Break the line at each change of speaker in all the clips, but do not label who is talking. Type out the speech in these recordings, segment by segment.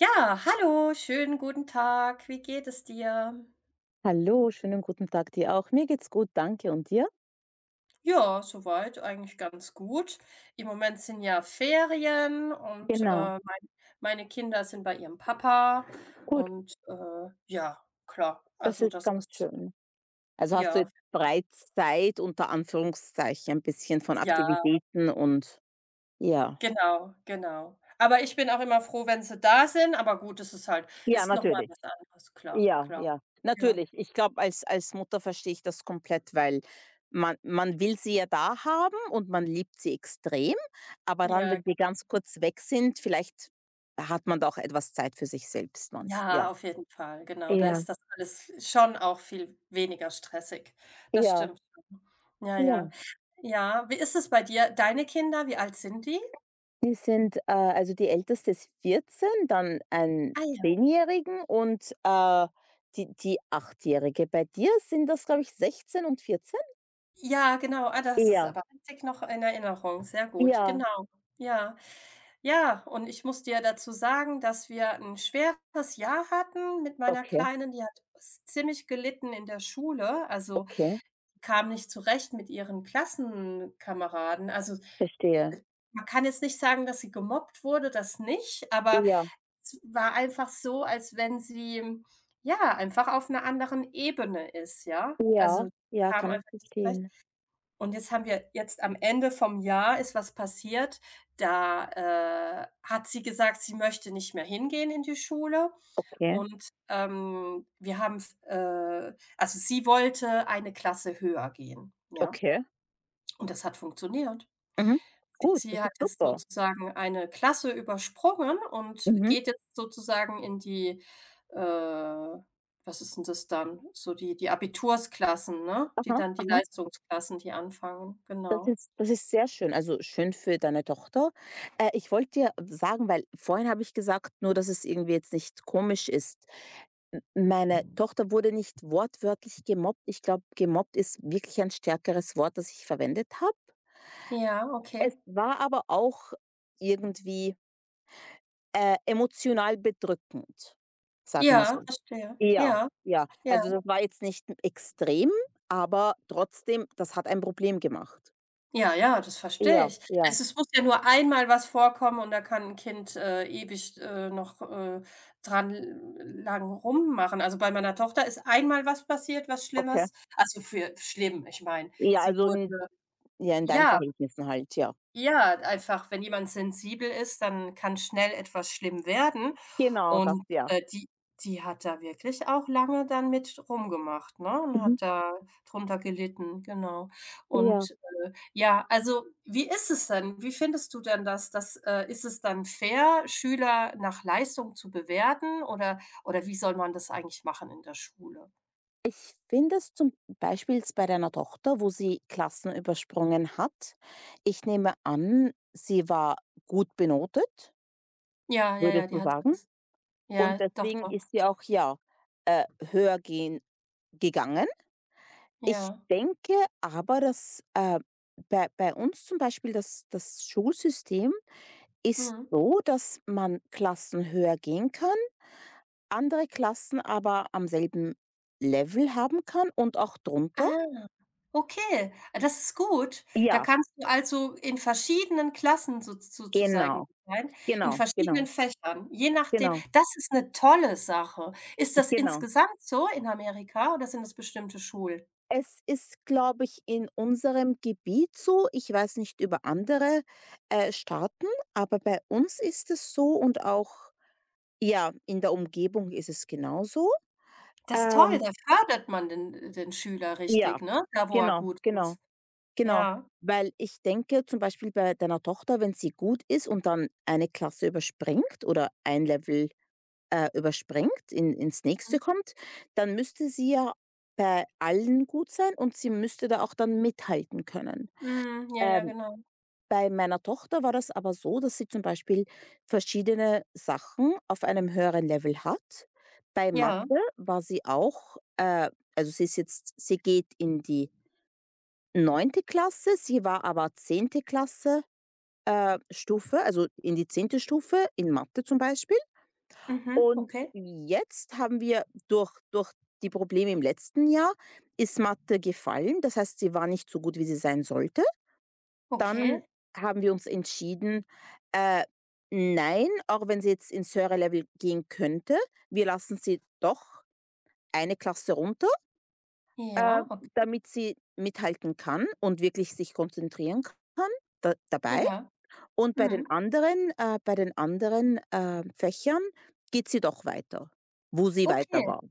Ja, hallo, schönen guten Tag. Wie geht es dir?
Hallo, schönen guten Tag dir auch. Mir geht's gut, danke. Und dir?
Ja, soweit eigentlich ganz gut. Im Moment sind ja Ferien und
Genau,
meine Kinder sind bei ihrem Papa
gut,
und ja, klar.
das
Also
ist
das
ganz
ist
schön. Also hast du
ja,
jetzt frei Zeit unter Anführungszeichen, ein bisschen von
ja,
Aktivitäten und ja.
genau, genau. Aber ich bin auch immer froh, wenn sie da sind. Aber gut, es ist halt,
Ja,
ist noch mal
natürlich.
was anderes, klar,
Ja,
klar.
ja.
Ja,
Natürlich, ich glaube, als Mutter verstehe ich das komplett, weil man will sie ja da haben und man liebt sie extrem, aber dann,
ja.
wenn sie ganz kurz weg sind, vielleicht hat man da auch etwas Zeit für sich selbst, manch ja.
Ja, auf jeden Fall, genau. Da
Ja,
ist das alles schon auch viel weniger stressig. Das
ja,
stimmt schon. Ja,
ja.
ja. Ja, wie ist es bei dir? Deine Kinder, wie alt sind die?
Die sind also die Älteste ist 14, dann einen
Ah ja.
Zehnjährigen und, die Achtjährige. Bei dir sind das, glaube ich, 16 und 14?
Ja, genau. Ah, das ist
Ja,
aber richtig noch in Erinnerung. Sehr gut,
ja.
genau. Ja. Ja, und ich muss dir dazu sagen, dass wir ein schweres Jahr hatten mit meiner
Okay,
Kleinen. Die hat s ziemlich gelitten in der Schule, also,
okay,
kam nicht zurecht mit ihren Klassenkameraden. Also
verstehe.
man kann jetzt nicht sagen, dass sie gemobbt wurde, das nicht, aber
Ja,
es war einfach so, als wenn sie, ja, einfach auf 'ner anderen Ebene ist, ja?
ja.
Also,
Ja,
kam
kann ich
einfach nicht zurecht.
verstehen.
Und jetzt haben wir jetzt am Ende vom Jahr ist was passiert, da, hat sie gesagt, sie möchte nicht mehr hingehen in die Schule
Okay,
und, wir haben f also, sie wollte eine Klasse höher gehen, ja?
okay.
Und das hat funktioniert.
Mhm. Gut,
Sie
das
hat
ist
jetzt
super.
sozusagen eine Klasse übersprungen und
Mhm.
geht jetzt sozusagen in die, äh, was ist 'n das dann? So die Abitursklassen, ne? Die
Aha,
dann die
aha.
Leistungsklassen, die anfangen,
Das
genau.
ist das ist sehr schön, also schön für deine Tochter. Ich wollte dir sagen, weil vorhin habe ich gesagt, nur dass es irgendwie jetzt nicht komisch ist. M meine Tochter wurde nicht wortwörtlich gemobbt. Ich glaube, gemobbt ist wirklich ein stärkeres Wort, das ich verwendet habe.
Ja,
Es
okay.
war aber auch irgendwie, emotional bedrückend, sagen wir so.
Ja, verstehe.
Ja,
Ja,
ja.
ja.
Also, das war jetzt nicht extrem, aber trotzdem, das hat ein Problem gemacht.
Ja, ja, das verstehe
Ja,
ich.
ja,
Es muss ja nur einmal was vorkommen und da kann 'n Kind, ewig, dran l lang rummachen. Also, bei meiner Tochter ist einmal was passiert, was
okay.
Schlimmes. Also, für schlimm, ich meine,
Ja,
sie
also
wurde
in, ja, in deinen
ja,
Verhältnissen halt, ja.
ja, einfach, wenn jemand sensibel ist, dann kann schnell etwas schlimm werden
Genau, das,
und,
ja.
die hat da wirklich auch lange dann mit rumgemacht, ne, und
Mhm.
hat da drunter gelitten, genau.
Ja.
Und ja, also wie ist es denn? Wie findest du denn das? Das, ist es dann fair, Schüler nach Leistung zu bewerten oder wie soll man das eigentlich machen in der Schule?
Ich finde es zum Beispiel jetzt bei deiner Tochter, wo sie Klassen übersprungen hat. Ich nehme an, sie war gut benotet,
Ja, ja,
würdest
ja, die
du
hat
sagen?
das ja,
Und
doch,
deswegen
doch,
ist sie auch ja, äh, höher gehen gegangen. Ich
ja.
denke aber, dass bei uns zum Beispiel das Schulsystem ist
Mhm.
so, dass man Klassen höher gehen kann, andere Klassen aber am selben Level haben kann und auch drunter.
Ah, okay. Ah, das ist gut. Da
Ja,
kannst du also in verschiedenen Klassen so sozusagen
genau.
sein, in
Genau,
verschiedenen
genau,
Fächern, je nachdem.
genau,
Das ist eine tolle Sache. Ist das
genau.
insgesamt so in Amerika oder sind das bestimmte Schulen?
Es ist, glaube ich, in unserem Gebiet so. Ich weiß nicht über andere, Staaten, aber bei uns ist es so und auch ja, in der Umgebung ist es genauso.
Das ist toll,
Ähm
da fördert man den den Schüler
Ja,
richtig, ne? Da, wo er
genau,
gut
genau.
ist.
Genau,
Ja.
weil ich denke zum Beispiel bei deiner Tochter, wenn sie gut ist und dann eine Klasse überspringt oder ein Level überspringt, in ins nächste
Mhm.
kommt, dann müsste sie ja bei allen gut sein und sie müsste da auch dann mithalten können.
Mhm. Ja, ja,
Ähm,
genau.
bei meiner Tochter war das aber so, dass sie zum Beispiel verschiedene Sachen auf einem höheren Level hat. Bei Mathe
Ja.
war sie auch also sie ist jetzt sie geht in die neunte Klasse, sie war aber zehnte Klasse, Stufe, also in die zehnte Stufe in Mathe zum Beispiel.
Mhm.
Und
Okay.
jetzt haben wir durch die Probleme im letzten Jahr, ist Mathe gefallen. Das heißt, sie war nicht so gut, wie sie sein sollte.
Okay.
Dann haben wir uns entschieden, äh, nein, auch wenn sie jetzt ins höhere Level gehen könnte, wir lassen sie doch eine Klasse runter, äh,
Ja, okay.
damit sie mithalten kann und wirklich sich konzentrieren kann da dabei.
Ja.
Und
Mhm.
bei den anderen, Fächern geht sie doch weiter, wo sie weiter
Okay.
war.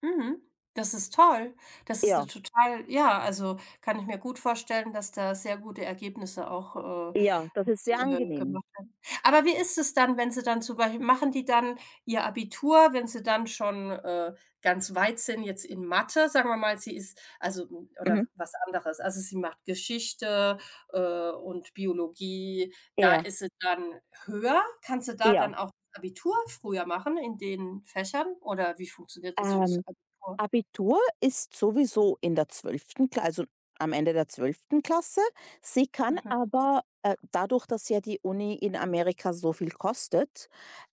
Mhm. Das ist toll. Das ist 'ne
Ja,
total ja, also, kann ich mir gut vorstellen, dass da sehr gute Ergebnisse
ja, das ist sehr angenehm.
gemacht werden. Aber wie ist es dann, wenn sie dann zum Beispiel machen die dann ihr Abitur, wenn sie dann schon, ganz weit sind jetzt in Mathe, sagen wir mal, sie ist also, hm, oder
Mhm.
was anderes. Also, sie macht Geschichte, und Biologie. Da
Ja,
ist sie dann höher. Kann sie da
ja.
dann auch Abitur früher machen in den Fächern oder wie funktioniert das fürs
ähm,
Oh,
Abitur ist sowieso in der zwölften Kla also am Ende der zwölften Klasse. Sie kann
mhm.
aber, dadurch, dass ja die Uni in Amerika so viel kostet,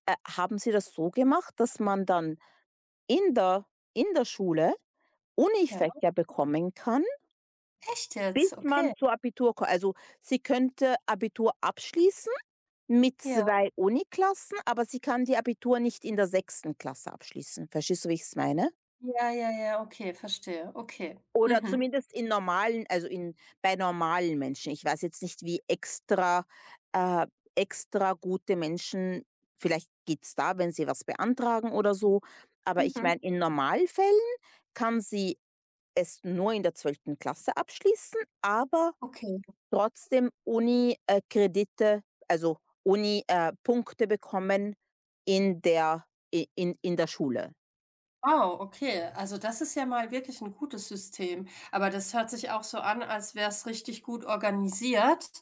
haben sie das so gemacht, dass man dann in der in der Schule
Ja.
Unifächer bekommen kann,
Echt
bis
jetzt?
man
Okay.
zu Abitur kommt. Also, sie könnte Abitur abschließen mit
Ja.
2 Uniklassen, aber sie kann die Abitur nicht in der sechsten Klasse abschließen. Verstehst du, wie ich es meine?
Ja, ja, ja, okay, verstehe. Okay.
Oder
Mhm.
zumindest in normalen, also in bei normalen Menschen. Ich weiß jetzt nicht, wie extra, äh, gute Menschen, vielleicht geht's da, wenn sie was beantragen oder so, aber ich
Mhm.
meine, in Normalfällen kann sie es nur in der zwölften Klasse abschließen, aber
Okay.
trotzdem Uni, Kredite, also Uni, Punkte bekommen in der, i in der Schule.
Wow, okay. Also das ist ja mal wirklich ein gutes System. Aber das hört sich auch so an, als wäre es richtig gut organisiert.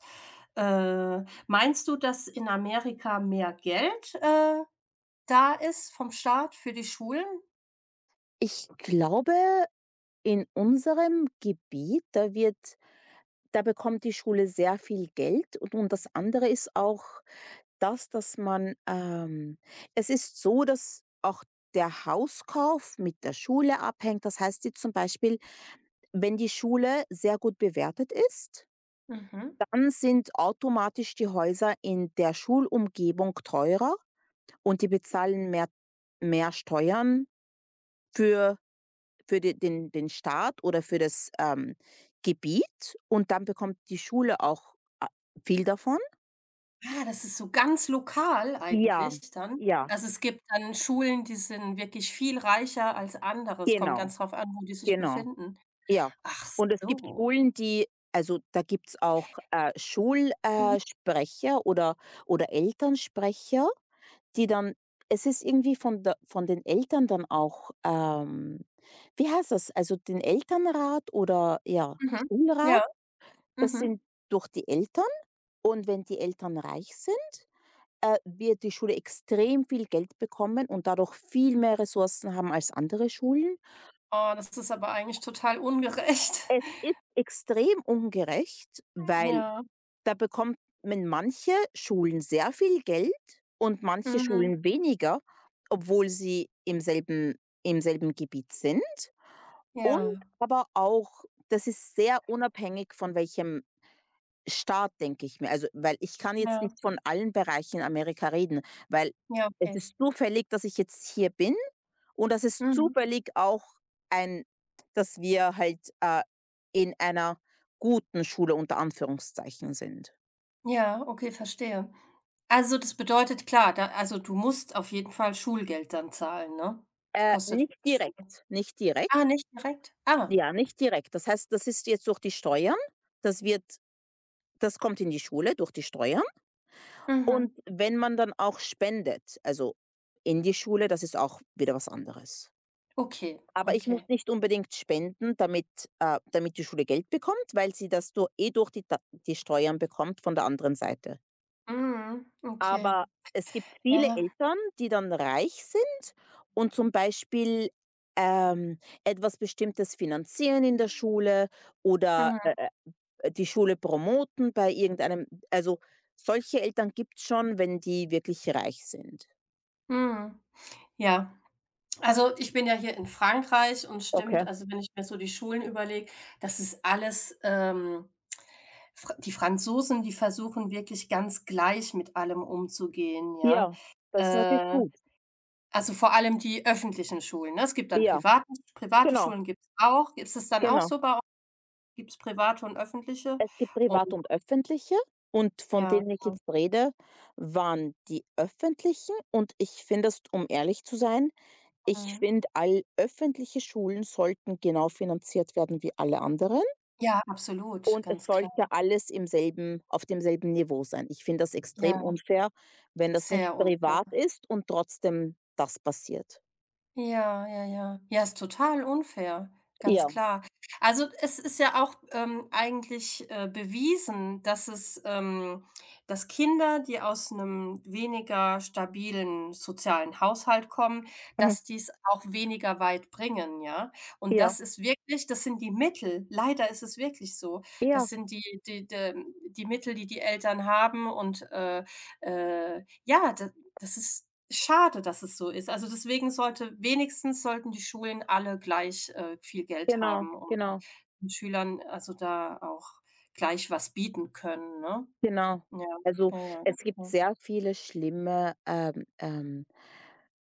Äh, Meinst du, dass in Amerika mehr Geld, da ist vom Staat für die Schulen?
Ich glaube, in unserem Gebiet, da bekommt die Schule sehr viel Geld, und das andere ist auch das, dass man, es ist so, dass auch der Hauskauf mit der Schule abhängt. Das heißt jetzt zum Beispiel, wenn die Schule sehr gut bewertet ist,
Mhm.
dann sind automatisch die Häuser in der Schulumgebung teurer und die bezahlen mehr Steuern für für de den den Staat oder für das, Gebiet, und dann bekommt die Schule auch a viel davon.
Ah, das ist so ganz lokal
Ja,
eigentlich dann.
ja,
Also, es gibt dann Schulen, die sind wirklich viel reicher als andere. Es kommt
genau,
ganz drauf an, wo die sich
genau,
befinden.
ja.
Ach
Und es gibt
so.
Schulen, die, also, da gibt's auch, Schul Sprecher oder Elternsprecher. Die dann Es ist irgendwie von der, von den Eltern dann auch, wie heißt das? Also, den Elternrat oder ja,
Mhm.
Schulrat,
Ja,
das
mhm.
sind durch die Eltern, und wenn die Eltern reich sind, wird die Schule extrem viel Geld bekommen und dadurch viel mehr Ressourcen haben als andere Schulen.
Oh, das ist aber eigentlich total ungerecht.
Es ist extrem ungerecht, weil,
Ja,
Da bekommt man, manche Schulen sehr viel Geld und manche
mhm.
Schulen weniger, obwohl sie im selben Gebiet sind. Und
Ja,
aber auch das ist sehr unabhängig von welchem Staat, denke ich mir. Also, weil, ich kann jetzt
ja,
nicht von allen Bereichen in Amerika reden, weil
ja,
es
okay.
ist zufällig, dass ich jetzt hier bin, und das ist
Mhm.
zufällig auch ein dass wir halt, in einer guten Schule unter Anführungszeichen sind.
Ja, okay, verstehe. Also, das bedeutet klar, da also, du musst auf jeden Fall Schulgeld dann zahlen, ne? Kostet
Nicht
Schule.
direkt, nicht direkt.
Ah, nicht direkt? Ah,
Ja, nicht direkt. Das heißt, das ist jetzt durch die Steuern. Das wird Das kommt in die Schule durch die Steuern. Und
mhm.
wenn man dann auch spendet, also in die Schule, das ist auch wieder was anderes.
Okay,
Aber ich muss
okay.
nicht unbedingt spenden, damit, damit die Schule Geld bekommt, weil sie das du eh durch die Ta die Steuern bekommt von der anderen Seite.
Mhm, okay.
Aber es gibt viele
Ja.
Eltern, die dann reich sind und zum Beispiel, etwas Bestimmtes finanzieren in der Schule oder,
Mhm,
die Schule promoten bei irgendeinem, also, solche Eltern gibt es schon, wenn die wirklich reich sind.
mhm. Ja, also ich bin ja hier in Frankreich und
Okay.
stimmt, also wenn ich mir so die Schulen überlege, das ist alles, Fr die Franzosen, die versuchen wirklich ganz gleich mit allem umzugehen, ja.
Ja, das ist natürlich
Äh,
gut.
also vor allem die öffentlichen Schulen, ne? Es gibt dann
Ja,
private
genau,
Schulen gibt es auch. Gibt es dann auch
genau.
so bei euch? Gibt's private und öffentliche?
Es gibt
Und
private und öffentliche, und von
ja,
denen ich
ja.
jetzt rede, waren die öffentlichen, und ich finde es, um ehrlich zu sein, ich
Mhm.
finde, all öffentliche Schulen sollten genau finanziert werden wie alle anderen,
Ja, absolut,
und es
ganz
sollte
klar.
alles im selben auf demselben Niveau sein. Ich finde das extrem
Ja,
unfair, wenn das nicht
sehr unfair.
privat ist und trotzdem das passiert.
Ja, ja, ja. Ja, ist total unfair, ganz
Ja,
klar. Also, es ist ja auch, bewiesen, dass es dass Kinder, die aus einem weniger stabilen sozialen Haushalt kommen,
mhm,
dass die's auch weniger weit bringen, ja? Und
ja,
das ist wirklich das sind die Mittel. Leider ist es wirklich so.
ja,
Das sind die Mittel, die die Eltern haben und, ja, da das ist schade, dass es so ist. Also, deswegen sollte wenigstens sollten die Schulen alle gleich, viel Geld
genau,
haben um
genau.
den Schülern also da auch gleich was bieten können, ne?
Genau.
Ja,
Also,
ja, ja,
es
ganz
gibt
klar.
sehr viele schlimme,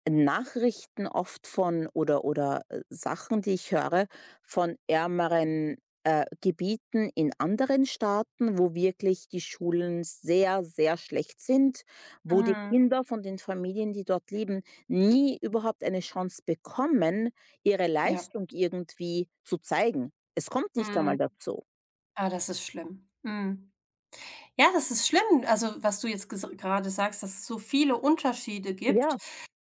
Nachrichten, oft von oder, Sachen, die ich höre von ärmeren, Gebieten in anderen Staaten, wo wirklich die Schulen sehr, sehr schlecht sind, wo die
Mhm.
Kinder von den Familien, die dort leben, nie überhaupt eine Chance bekommen, ihre
Ja,
Leistung irgendwie zu zeigen. Es kommt nicht
mhm.
einmal dazu.
Ah, das ist schlimm. Mhm. Ja, das ist schlimm, also, was du jetzt ges grade sagst, dass es so viele Unterschiede gibt.
Ja,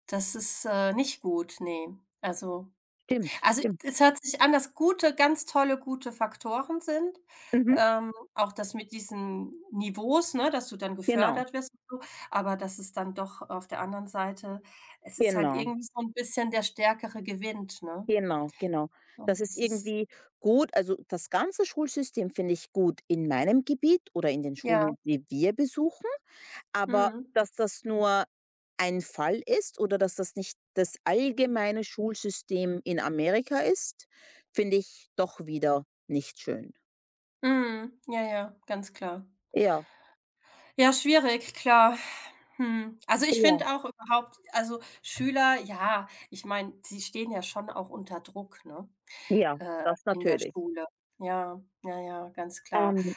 Das ist, nicht gut, ne. Also
stimmt,
Also,
stimmt.
es hört sich an, dass gute ganz tolle, gute Faktoren sind.
Mhm,
Auch das mit diesen Niveaus, ne, dass du dann
genau.
gefördert wirst und so, aber dass es dann doch auf der anderen Seite es ist halt
Genau,
irgendwie so 'n bisschen der Stärkere gewinnt, ne?
genau, genau.
Und
Das ist
das ist
irgendwie gut, also, das ganze Schulsystem finde ich gut in meinem Gebiet oder in den
ja,
Schulen, die wir besuchen, aber
mhm,
dass das nur ein Fall ist oder dass das nicht das allgemeine Schulsystem in Amerika ist, finde ich doch wieder nicht schön.
mhm, ja, ja, ganz klar.
Ja,
Ja, schwierig, klar. Hm. Also, ich
ja,
finde auch überhaupt also, Schüler, ja, ich meine, sie stehen ja schon auch unter Druck, ne?
ja,
äh,
das
in der
natürlich.
Schule. Ja, ja, ja, ganz klar.
Ähm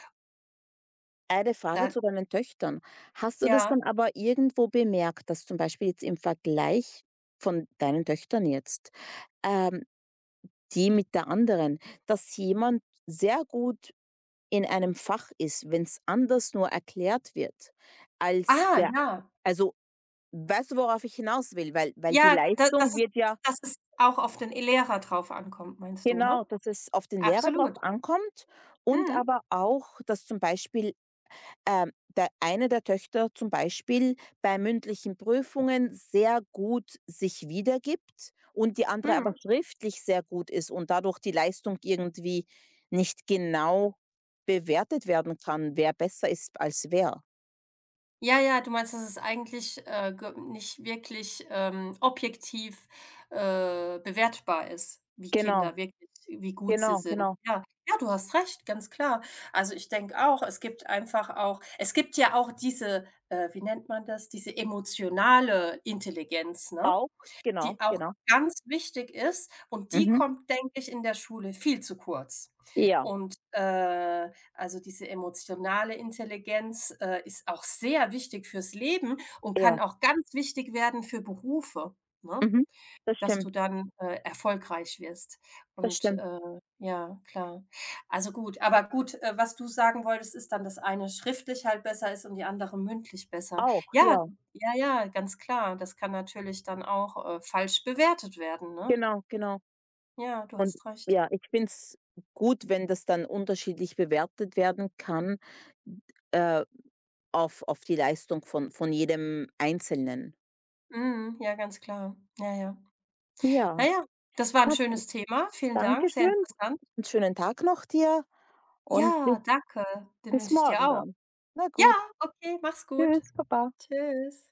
Eine Frage
Da
zu deinen Töchtern. Hast du das
ja.
dann aber irgendwo bemerkt, dass zum Beispiel jetzt im Vergleich von deinen Töchtern jetzt, ähm, die mit der anderen, dass jemand sehr gut in einem Fach ist, wenn es anders nur erklärt wird, als
Ah,
der
ja.
also, weißt du, worauf ich hinaus will? Weil die
Ja, da dass
Leistung
es
wird ja,
auch auf den Lehrer drauf ankommt, meinst du,
genau,
ne?
dass es auf den Lehrer drauf
Absolut.
ankommt, und
Mhm.
aber auch, dass zum Beispiel, der eine der Töchter zum Beispiel bei mündlichen Prüfungen sehr gut sich wiedergibt und die andere aber
Mhm.
schriftlich sehr gut ist und dadurch die Leistung irgendwie nicht genau bewertet werden kann, wer besser ist als wer.
Ja, ja, du meinst, dass es eigentlich, ge nicht wirklich, objektiv, bewertbar ist, wie
Genau,
Kinder wirklich wie gut sie
genau,
sind.
genau.
Ja, ja, du hast recht, ganz klar. Also, ich denke auch, es gibt einfach auch es gibt ja auch diese, wie nennt man das, diese emotionale Intelligenz, ne?
Auch, genau,
Die auch
genau.
ganz wichtig ist und die
Mhm.
kommt, denke ich, in der Schule viel zu kurz.
Ja,
Und, also, diese emotionale Intelligenz, ist auch sehr wichtig fürs Leben und
ja.
kann auch ganz wichtig werden für Berufe, ne?
Mhm. Das
Dass
stimmt,
du dann, erfolgreich wirst.
das
Und,
stimmt.
ja, klar. Also gut, aber gut, was du sagen wolltest, ist dann, dass eine schriftlich halt besser ist und die andere mündlich besser.
Auch,
Ja,
ja.
ja, ja, ganz klar. Das kann natürlich dann auch, falsch bewertet werden, ne?
Genau, genau.
Ja, du
Und
hast recht.
ja, ich finde es gut, wenn das dann unterschiedlich bewertet werden kann, äh, auf die Leistung von jedem Einzelnen.
Mhm, ja, ganz klar. Ja, ja.
Ja,
Naja, das war ein
na,
schönes Thema. Vielen
danke
Dank, sehr
schön.
interessant.
'N schönen Tag noch dir und Bis
Ja, danke. Den
bis
wünsche ich dir
morgen
auch.
dann. Na
Ja,
gut.
okay, mach's gut.
Tschüss, baba.
Tschüss.